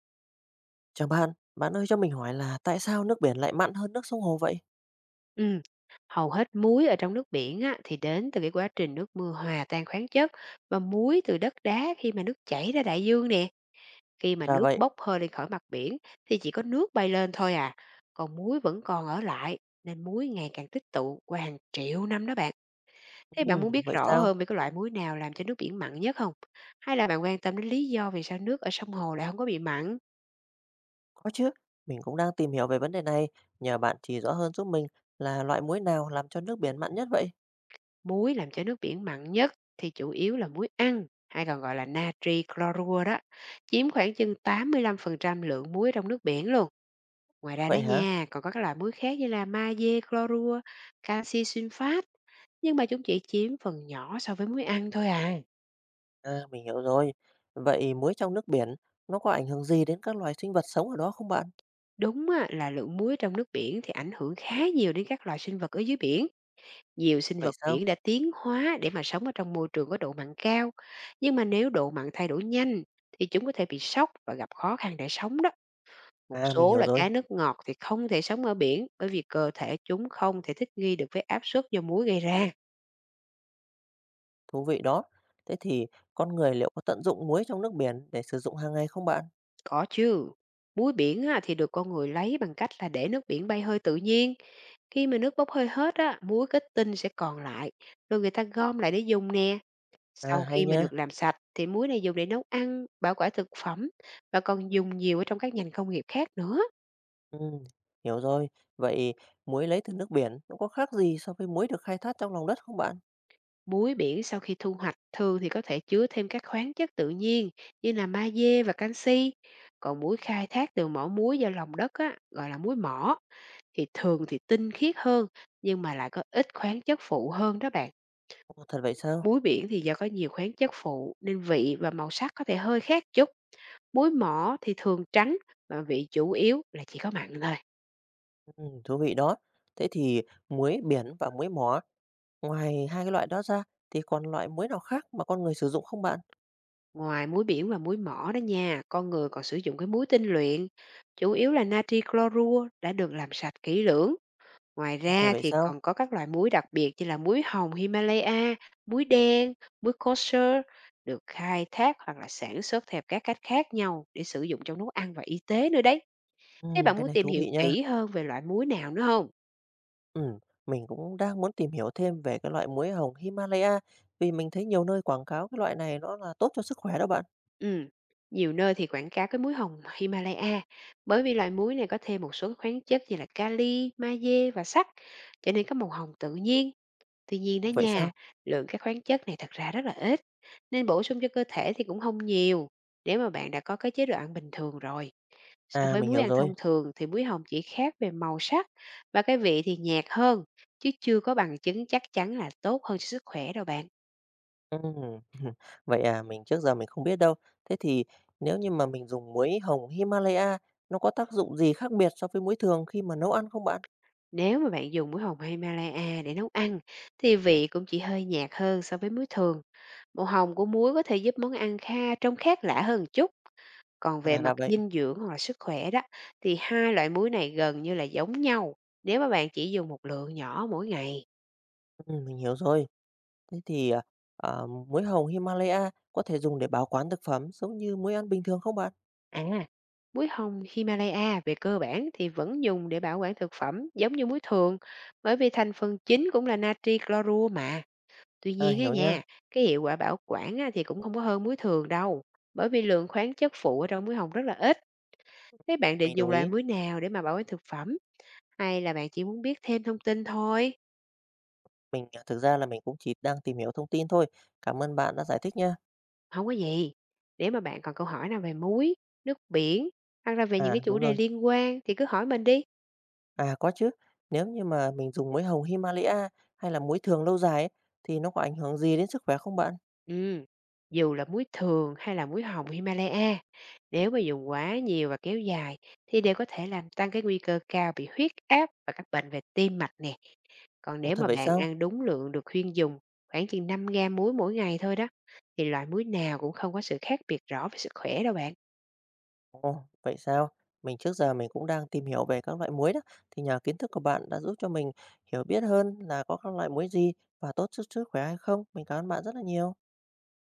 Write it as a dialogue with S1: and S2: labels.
S1: Chào bạn, bạn ơi cho mình hỏi là tại sao nước biển lại mặn hơn nước sông hồ vậy?
S2: Ừ, hầu hết muối ở trong nước biển á, thì đến từ cái quá trình nước mưa hòa tan khoáng chất và muối từ đất đá khi mà nước chảy ra đại dương nè. Khi mà
S1: Ra
S2: nước
S1: vậy.
S2: bốc hơi lên khỏi mặt biển thì chỉ có nước bay lên thôi à, còn muối vẫn còn ở lại nên muối ngày càng tích tụ qua hàng triệu năm đó bạn. Thế bạn muốn biết
S1: Vậy
S2: rõ
S1: sao?
S2: hơn về cái loại muối nào làm cho nước biển mặn nhất không? Hay là bạn quan tâm đến lý do vì sao nước ở sông hồ lại không có bị mặn?
S1: Có chứ, mình cũng đang tìm hiểu về vấn đề này, nhờ bạn chỉ rõ hơn giúp mình là loại muối nào làm cho nước biển mặn nhất vậy?
S2: Muối làm cho nước biển mặn nhất thì chủ yếu là muối ăn, hay còn gọi là natri chlorua đó, chiếm khoảng chừng 85% lượng muối trong nước biển luôn. Ngoài ra đó
S1: Vậy hả?
S2: nha, còn có các loại muối khác như là magie chlorua, canxi sunfat, nhưng mà chúng chỉ chiếm phần nhỏ so với muối ăn thôi à.
S1: À, mình hiểu rồi. Vậy muối trong nước biển nó có ảnh hưởng gì đến các loài sinh vật sống ở đó không bạn?
S2: Đúng á, là lượng muối trong nước biển thì ảnh hưởng khá nhiều đến các loài sinh vật ở dưới biển. Nhiều sinh
S1: Vậy
S2: vật
S1: sao?
S2: biển đã tiến hóa để mà sống ở trong môi trường có độ mặn cao, nhưng mà nếu độ mặn thay đổi nhanh thì chúng có thể bị sốc và gặp khó khăn để sống đó. Một
S1: À, mình
S2: số
S1: hiểu
S2: là
S1: rồi,
S2: cá nước ngọt thì không thể sống ở biển, bởi vì cơ thể chúng không thể thích nghi được với áp suất do muối gây ra.
S1: thú vị đó. Thế thì con người liệu có tận dụng muối trong nước biển để sử dụng hàng ngày không bạn?
S2: Có chứ. Muối biển á, thì được con người lấy bằng cách là để nước biển bay hơi tự nhiên. Khi mà nước bốc hơi hết, á, muối kết tinh sẽ còn lại, rồi người ta gom lại để dùng nè.
S1: À,
S2: Sau
S1: hay
S2: khi mà
S1: nhá.
S2: được làm sạch thì muối này dùng để nấu ăn, bảo quản thực phẩm, và còn dùng nhiều ở trong các ngành công nghiệp khác nữa.
S1: Ừm, Hiểu rồi. Vậy muối lấy từ nước biển nó có khác gì so với muối được khai thác trong lòng đất không bạn?
S2: Muối biển sau khi thu hoạch thường thì có thể chứa thêm các khoáng chất tự nhiên như là magie và canxi. Còn muối khai thác từ mỏ muối do lòng đất á, gọi là muối mỏ, thì thường thì tinh khiết hơn nhưng mà lại có ít khoáng chất phụ hơn đó bạn.
S1: Ồ, thật vậy sao?
S2: Muối biển thì do có nhiều khoáng chất phụ nên vị và màu sắc có thể hơi khác chút. Muối mỏ thì thường trắng và vị chủ yếu là chỉ có mặn thôi.
S1: Thú vị đó. Thế thì muối biển và muối mỏ, ngoài hai cái loại đó ra thì còn loại muối nào khác mà con người sử dụng không bạn?
S2: Ngoài muối biển và muối mỏ đó nha, con người còn sử dụng cái muối tinh luyện, chủ yếu là natri clorua đã được làm sạch kỹ lưỡng. Ngoài
S1: Ồ, thật
S2: ra
S1: vậy
S2: thì
S1: sao?
S2: còn có các loại muối đặc biệt như là muối hồng Himalaya, muối đen, muối kosher, được khai thác hoặc là sản xuất theo các cách khác nhau để sử dụng trong nấu ăn và y tế nữa đấy. Thế bạn
S1: Cái
S2: muốn
S1: này
S2: tìm
S1: thú
S2: hiểu
S1: vị nha.
S2: kỹ hơn về loại muối nào nữa không?
S1: Ừm, mình cũng đang muốn tìm hiểu thêm về cái loại muối hồng Himalaya vì mình thấy nhiều nơi quảng cáo cái loại này nó là tốt cho sức khỏe đó bạn.
S2: Ừm, nhiều nơi thì quảng cáo cái muối hồng Himalaya bởi vì loại muối này có thêm một số khoáng chất như là kali, magie và sắt, cho nên có màu hồng tự nhiên. Tuy nhiên đó
S1: Vậy
S2: nha,
S1: sao?
S2: lượng các khoáng chất này thật ra rất là ít nên bổ sung cho cơ thể thì cũng không nhiều, nếu mà bạn đã có cái chế độ ăn bình thường rồi. So
S1: À,
S2: với
S1: mình
S2: muối
S1: hiểu
S2: ăn
S1: rồi.
S2: thông thường thì muối hồng chỉ khác về màu sắc và cái vị thì nhạt hơn, chứ chưa có bằng chứng chắc chắn là tốt hơn cho sức khỏe đâu bạn.
S1: Ừm, vậy à, mình trước giờ mình không biết đâu. Thế thì nếu như mà mình dùng muối hồng Himalaya, nó có tác dụng gì khác biệt so với muối thường khi mà nấu ăn không bạn?
S2: Nếu mà bạn dùng muối hồng Himalaya để nấu ăn thì vị cũng chỉ hơi nhạt hơn so với muối thường. Màu hồng của muối có thể giúp món ăn kha trông khác lạ hơn một chút. Còn về
S1: À, là
S2: mặt
S1: vậy.
S2: dinh dưỡng hoặc là sức khỏe đó, thì hai loại muối này gần như là giống nhau nếu mà bạn chỉ dùng một lượng nhỏ mỗi ngày.
S1: Mình hiểu rồi. Thế thì, muối hồng Himalaya có thể dùng để bảo quản thực phẩm giống như muối ăn bình thường không bạn?
S2: À, muối hồng Himalaya về cơ bản thì vẫn dùng để bảo quản thực phẩm giống như muối thường, bởi vì thành phần chính cũng là natri clorua mà. Tuy
S1: À,
S2: nhiên á
S1: hiểu nha,
S2: nha, cái hiệu quả bảo quản á, thì cũng không có hơn muối thường đâu, bởi vì lượng khoáng chất phụ ở trong muối hồng rất là ít. Thế bạn
S1: mình
S2: định
S1: đồng
S2: dùng loại
S1: ý.
S2: muối nào để mà bảo quản thực phẩm? Hay là bạn chỉ muốn biết thêm thông tin thôi?
S1: Mình thực ra là mình cũng chỉ đang tìm hiểu thông tin thôi. Cảm ơn bạn đã giải thích nha.
S2: Không có gì. Nếu mà bạn còn câu hỏi nào về muối, nước biển, hoặc là về những
S1: À,
S2: cái
S1: đúng
S2: chủ đề
S1: rồi.
S2: liên quan thì cứ hỏi mình đi.
S1: À, có chứ. Nếu như mà mình dùng muối hồng Himalaya hay là muối thường lâu dài ấy, thì nó có ảnh hưởng gì đến sức khỏe không bạn?
S2: Ừ, dù là muối thường hay là muối hồng Himalaya, nếu mà dùng quá nhiều và kéo dài thì đều có thể làm tăng cái nguy cơ cao bị huyết áp và các bệnh về tim mạch nè. Còn
S1: Ồ,
S2: nếu
S1: thật
S2: mà
S1: vậy
S2: bạn
S1: sao?
S2: ăn đúng lượng được khuyên dùng, khoảng chừng 5 gam muối mỗi ngày thôi đó, thì loại muối nào cũng không có sự khác biệt rõ về sức khỏe đâu bạn.
S1: Ồ, vậy sao? Mình trước giờ mình cũng đang tìm hiểu về các loại muối đó, thì nhờ kiến thức của bạn đã giúp cho mình hiểu biết hơn là có các loại muối gì và tốt cho sức khỏe hay không. Mình cảm ơn bạn rất là nhiều.